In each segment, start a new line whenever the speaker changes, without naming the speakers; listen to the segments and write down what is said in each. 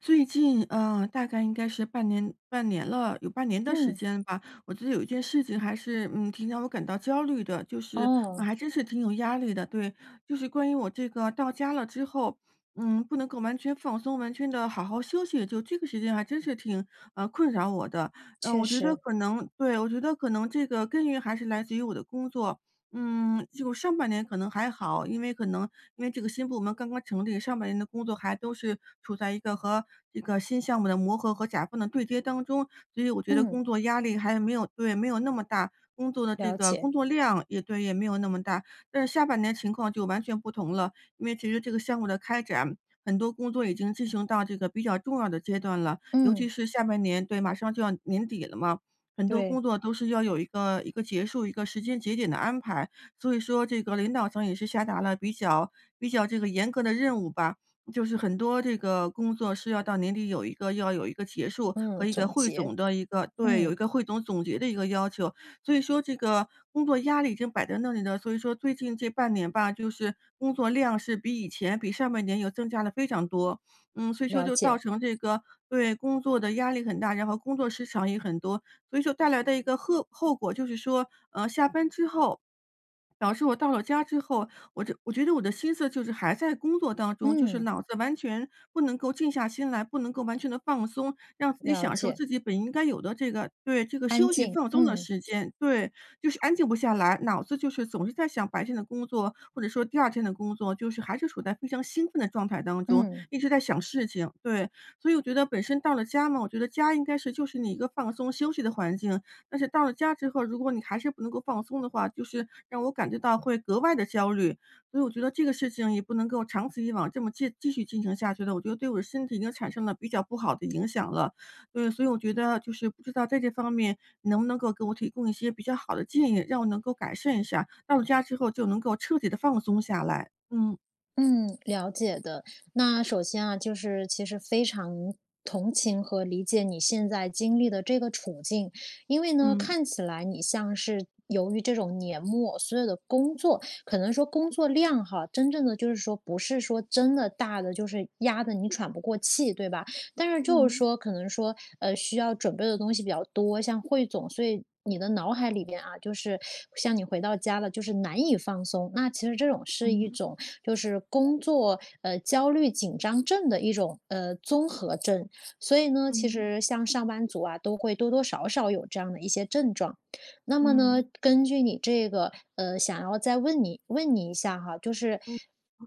最近，大概应该是半年了，有半年的时
嗯，
间吧。我觉得有一件事情还是，挺让我感到焦虑的，就是，
哦，
还真是挺有压力的。对。就是关于我这个到家了之后，不能够完全放松，完全的好好休息，就这个时间还真是挺，困扰我的。嗯、
确
我觉得
实，
可能，对，我觉得可能这个根源还是来自于我的工作。就上半年可能还好，因为这个新部门刚刚成立，上半年的工作还都是处在一个和这个新项目的磨合和甲方的对接当中，所以我觉得
嗯，
工作压力还没有，对，没有那么大，工作的这
了
个
解，
工作量也，对，也没有那么大。但是下半年情况就完全不同了，因为其实这个项目的开展，很多工作已经进行到这个比较重要的阶段了，尤其
嗯，
是下半年，对，马上就要年底了嘛。很多工
对，
作都是要有一个一个结束、一个时间节点的安排，所以说这个领导层也是下达了比较这个严格的任务吧。就是很多这个工作是要到年底有一个结束
嗯，
和一个
总
汇
结，
总的一个对，有一
嗯，
个汇总总结的一个要求。所以说这个工作压力已经摆在那里了，所以说最近这半年吧，就是工作量是比以前、比上半年有增加了非常多。所以说
了
就造
解，
成这个对工作的压力很大，然后工作时长也很多，所以说带来的一个后果就是说，下班之后，导致我到了家之后，我觉得我的心思就是还在工作当中，就是
嗯，
脑子完全不能够静下心来，不能够完全的放松，让自己
了
享受
解，
自己本应该有的这个
安
休息
静，
放松的
嗯
时间。对。就是安静不下来，脑子就是总是在想白天的工作，或者说第二天的工作，就是还是处在非常兴奋的状态当中，
嗯。
一直在想事情，对。所以我觉得本身到了家嘛，我觉得家应该是就是你一个放松休息的环境。但是到了家之后，如果你还是不能够放松的话，就是让我感觉到会格外的焦虑。所以我觉得这个事情也不能够长此以往这么继续进行下去的，我觉得对我的身体已经产生了比较不好的影响了。对，所以我觉得就是不知道在这方面你能不能够给我提供一些比较好的建议，让我能够改善一下，到了家之后就能够彻底的放松下来。嗯
嗯，了解的。那首先啊，就是其实非常同情和理解你现在经历的这个处境，因为呢，
嗯。
看起来你像是由于这种年末所有的工作，可能说工作量哈，真正的就是说不是说真的大的，就是压的你喘不过气，对吧？但是就是
嗯，
说，可能说需要准备的东西比较多，像汇总，所以。你的脑海里边啊，就是像你回到家了，就是难以放松。那其实这种是一
嗯，
种就是工作焦虑紧张症的一种综合症。所以呢，其
嗯，
实像上班族啊，都会多多少少有这样的一些症状。那么呢，
嗯，
根据你这个想要再问你一下哈，就是
嗯，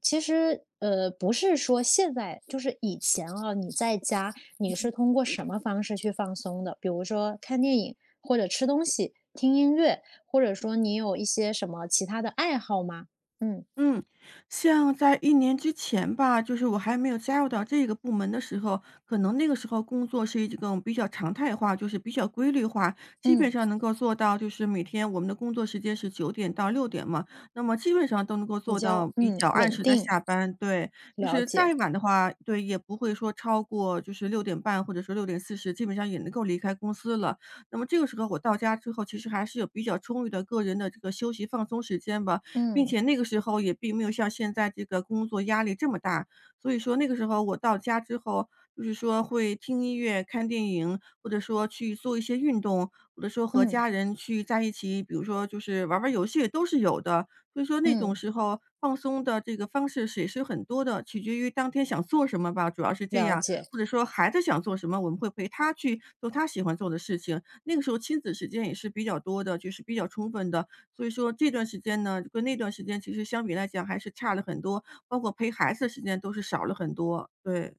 其实不是说现在，就是以前啊，你在家你是
嗯。
通过什么方式去放松的？比如说看电影，或者吃东西、听音乐，或者说你有一些什么其他的爱好吗？嗯
嗯，像在一年之前吧，就是我还没有加入到这个部门的时候，可能那个时候工作是一种比较常态化，就是比较规律化，基本
嗯。
上能够做到就是每天我们的工作时间是9点到六点嘛，那么基本上都能够
比
做到
较
比较按
稳
时的
定，
下班，对。就
了
是
解，
再晚的话，对，也不会说超过就是6点半或者说6:40，基本上也能够离开公司了。那么这个时候我到家之后，其实还是有比较充裕的个人的这个休息放松时间吧，并
嗯
且那个时候也并没有像现在这个工作压力这么大，所以说那个时候我到家之后，就是说会听音乐、看电影，或者说去做一些运动，或者说和
嗯
家人去在一起，比如说就是玩儿玩儿游戏都是有的。所以说那种
嗯，
时候放松的这个方式是也是很多的，取决于当天想做什么吧，主要是这
了
样。
解。
或者说孩子想做什么，我们会陪他去做他喜欢做的事情。那个时候亲子时间也是比较多的，就是比较充分的。所以说这段时间呢，跟那段时间其实相比来讲还是差了很多，包括陪孩子的时间都是少了很多，对，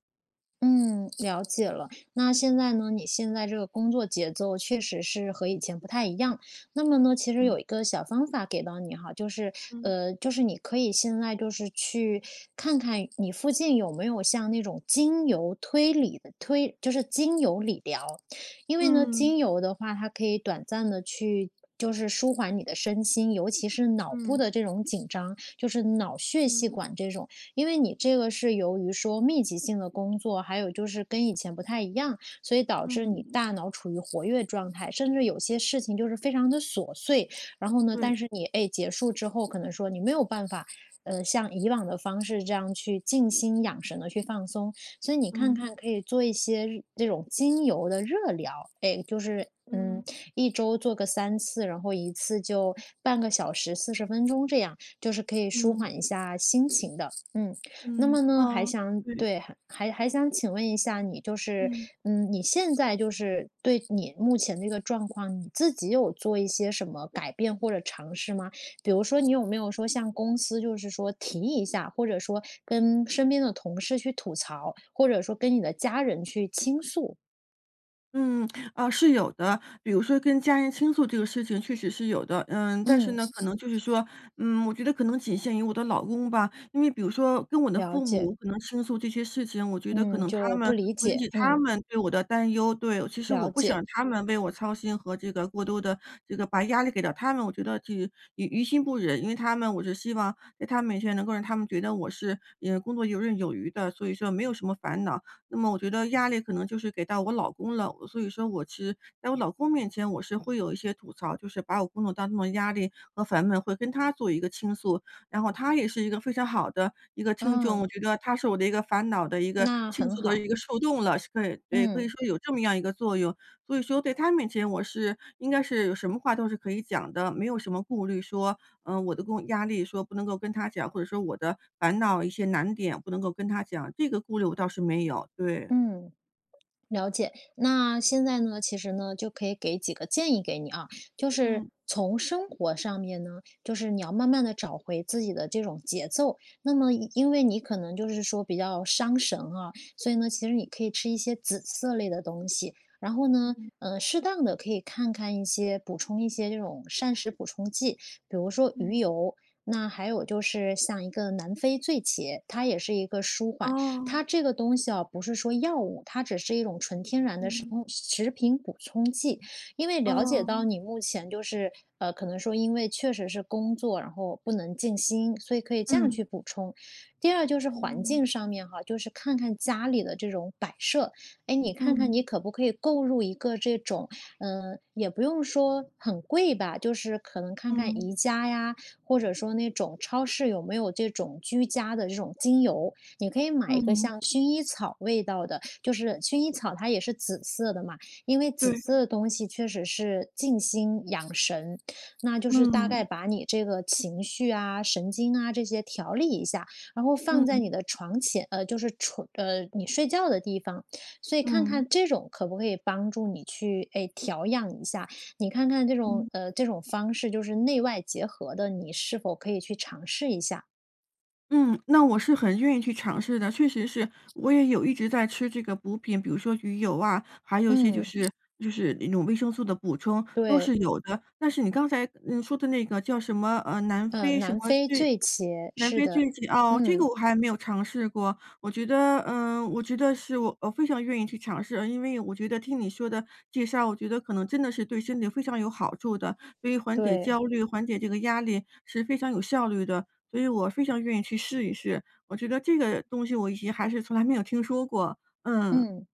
嗯，了解了。那现在呢，你现在这个工作节奏确实是和以前不太一样。那么呢，其实
嗯。
有一个小方法给到你哈，就是
嗯
你可以现在就是去看看你附近有没有像那种精油推理的推，就是精油理疗。因为呢，
嗯
精油的话，它可以短暂的去。就是舒缓你的身心，尤其是脑部
嗯
的这种紧张，就是脑血细
嗯
管这种。因为你这个是由于说密集性的工作，还有就是跟以前不太一样，所以导致你
嗯
大脑处于活跃状态，甚至有些事情就是非常的琐碎。然后呢，但
对。
是你哎结束之后，可能说你没有办法，像以往的方式这样去静心养神的去放松。所以你看
嗯
看，可以做一些这种精油的热疗，哎，就是嗯，
嗯
一周做个3次，然后一次就半个小时、40分钟这样，就是可以舒
嗯
缓一下心情的。嗯，那么
嗯，
呢，还
哦，
想
对，
对，还还还想请问一下你，就是，
嗯。
你现在就是对你目前这个状况，你自己有做一些什么改变或者尝试吗？比如说，你有没有说向公司就是说提一下，或者说跟身边的同事去吐槽，或者说跟你的家人去倾诉？
嗯，啊，是有的。比如说跟家人倾诉这个事情确实是有的，但是
嗯，
呢，可能就是说，我觉得可能仅限于我的老公吧。因为比如说跟我的
了
父
解，
母可能倾诉这些事情，我觉得可
嗯，
能他
就不
们
理
会引
解，
起他
嗯，
们对我的担忧。对，其实
了
我不想
解，
让他们为我操心和这个过多的这个把压力给到他们，我觉得这于心不忍。因为他们，我是希望在他们面前能够让他们觉得我是，工作游刃有余的，所以说没有什么烦恼。那么我觉得压力可能就是给到我老公了，所以说我其实在我老公面前，我是会有一些吐槽，就是把我工作当中的压力和烦闷会跟他做一个倾诉，然后他也是一个非常好的一个听众，
嗯，
我觉得他是我的一个烦恼的一个
那
倾
很
诉的
好，
一个树洞了，是可以对，可以
嗯
说有这么样一个作用。所以说，在他面前，应该是有什么话都是可以讲的，没有什么顾虑说，我的工压力说不能够跟他讲，或者说我的烦恼一些难点不能够跟他讲，这个顾虑我倒是没有，对。
嗯。了解，那现在呢，其实呢，就可以给几个建议给你啊，就是
嗯。
从生活上面呢，就是你要慢慢的找回自己的这种节奏。那么一因，为你可能就是说比较伤神啊，所以呢，其实你可以吃一些紫色类的东西，然后呢，
嗯
适当的可以看看一些补充一些这种膳食补充剂，比如说鱼
嗯，
油。那还有就是像一个南非醉茄，它也是一个舒缓。
哦，
它这个东西啊，不是说药物，它只是一种纯天然的
嗯，
食品补充剂。因为了解到
哦，
你目前就是，可能说因为确实是工作，然后不能静心，所以可以这样
嗯。
去补充。第二就是环
嗯。
境上面哈，就是看看家里的这种摆设，哎，你看看
嗯，
你可不可以购入一个这种，也不用说很贵吧，就是可能看看
嗯，
宜家呀，或者说那种超市有没有这种居家的这种精油，你可以买一个
嗯，
像薰衣草味道的，就是薰衣草它也是紫色的嘛，因为紫
对，
色的东西确实是静心养神，那就是大概
嗯，
把你这个情绪啊、神经啊这些调理一下，然后放在
嗯，
你的床前，就是床，你睡觉的地方，所以看
嗯。
看这种可不可以帮助你去，哎，调养一下。你看看这种，
嗯。
这种方式就是内外结合的，你是否可以去尝试一下？
嗯，那我是很愿意去尝试的，确实是，我也有一直在吃这个补品，比如说鱼油啊，还有一些就
嗯，
是那种维生素的补充，都
对。
是有的。但是你刚才说的那个叫什么南
嗯，
非什
南
么
非
菌，
最茄，
南
是
非
的，
菌剂哦，这个
嗯，
我还没有尝试过。我觉得是我非常愿意去尝试，因为我觉得听你说的介绍，我觉得可能真的是对身体非常有好处的，对于缓解
对，
焦虑、缓解这个压力是非常有效率的。所以我非常愿意去试一试，我觉得这个东西我以前还是从来没有听说过。嗯，
嗯。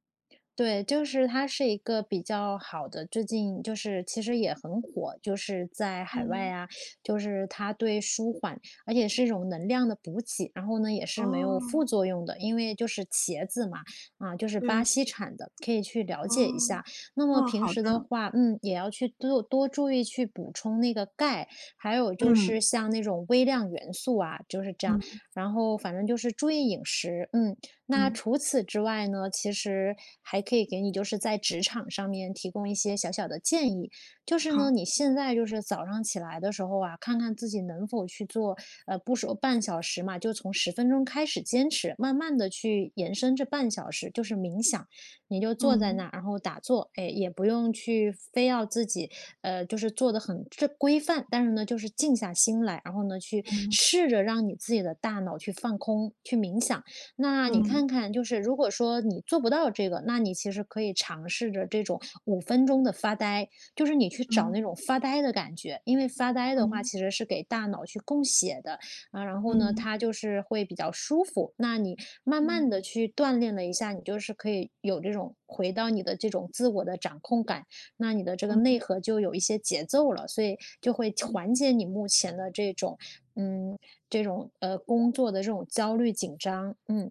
对，就是它是一个比较好的，最近就是其实也很火，就是在海外
嗯。
啊，就是它对舒缓，而且是一种能量的补给，然后呢也是没有副
哦，
作用的，因为就是茄子嘛，啊，就是巴
对，
西产的，可以去了
哦，
解一下。那么
哦，
平
好
时的
的，
话，也要去多多注意去补充那个钙，还有就
嗯，
是像那种微量元素啊，就是这样。
嗯，
然后反正就是注意饮食，那
嗯，
除此之外呢，其实还可以给你就是在职场上面提供一些小小的建议，就是呢，
好，
你现在就是早上起来的时候啊，看看自己能否去做，不说半小时嘛，就从十分钟开始坚持，慢慢的去延伸这半小时，就是冥想，你就坐在那
嗯，
儿，然后打坐，哎，也不用去非要自己，就是做的很这规范，但是呢，就是静下心来，然后呢，去
嗯，
试着让你自己的大脑去放空，去冥想。那你看
嗯，
看，就是如果说你做不到这个，那你其实可以尝试着这种5分钟的发呆，就是你去找那
嗯，
种发呆的感觉，因为发呆的话
嗯，
其实是给大脑去供血的啊，然后呢，
嗯，
它就是会比较舒服。那你慢
嗯，
慢的去锻炼了一下，你就是可以有这种回到你的这种自我的掌控感，那你的这个
嗯，嗯，
内核就有一些节奏了，所以就会缓解你目前的这种。嗯，这种工作的这种焦虑紧张，嗯，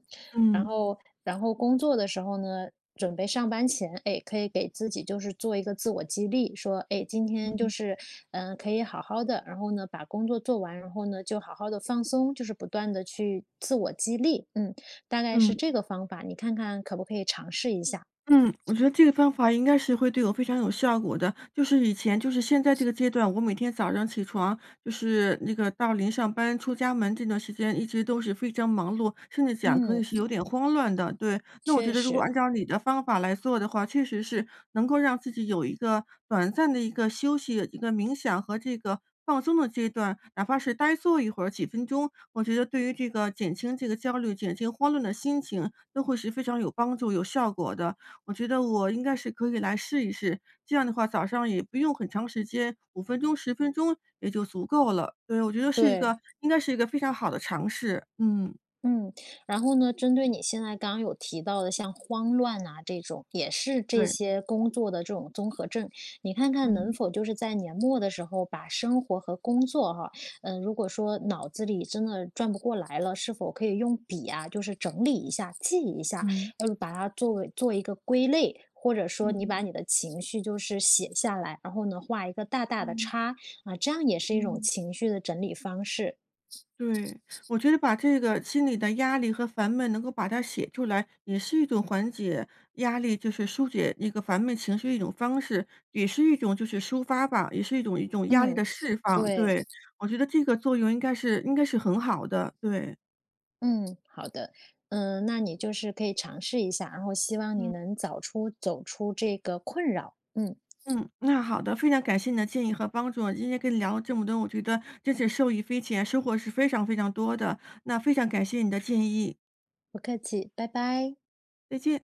然
嗯，
后然后工作的时候呢，准备上班前，哎，可以给自己就是做一个自我激励，说，哎，今天就
嗯，
是可以好好的，然后呢把工作做完，然后呢就好好的放松，就是不断的去自我激励，大概是
嗯。
这个方法，你看看可不可以尝试一下？
嗯，我觉得这个方法应该是会对我非常有效果的。就是以前，就是现在这个阶段，我每天早上起床，就是那个到临上班出家门这段时间，一直都是非常忙碌，甚至讲可
嗯，
以是有点慌乱的。对，那我觉
确
得如果
实，
按照你的方法来做的话，确实是能够让自己有一个短暂的一个休息、一个冥想和这个放松的阶段，哪怕是呆坐一会儿几分钟，我觉得对于这个减轻这个焦虑、减轻慌乱的心情，都会是非常有帮助、有效果的。我觉得我应该是可以来试一试，这样的话早上也不用很长时间5分钟、10分钟也就足够了。对，我觉得是一
对。
个应该是一个非常好的尝试。嗯，
嗯，然后呢，针对你现在刚刚有提到的像慌乱啊这种，也是这
对，
些工作的这种综合症，你看看能
嗯。
否就是在年末的时候把生活和工作哈，如果说脑子里真的转不过来了，是否可以用笔啊，就是整理一下、记一下，
嗯，
把它作为做一个归类。或者说，你
嗯，
把你的情绪就是写下来，然后呢，画一个大大的
嗯，
叉啊，这样也是一种
嗯。
情绪的整理方式。
对，我觉得把这个心里的压力和烦闷能够把它写出来，也是一种缓解压力，就是疏解那个烦闷情绪的一种方式，也是一种就是抒发吧，也是一种压力
嗯，
的释放。
对。
对，我觉得这个作用应该是很好的。对，
嗯，好的，那你就是可以尝试一下，然后希望你
嗯。
能走出这个困扰。嗯，
嗯，那好的，非常感谢你的建议和帮助，今天跟你聊了这么多，我觉得真是受益匪浅，收获是非常非常多的。那非常感谢你的建议，
不客气，拜拜。
再见。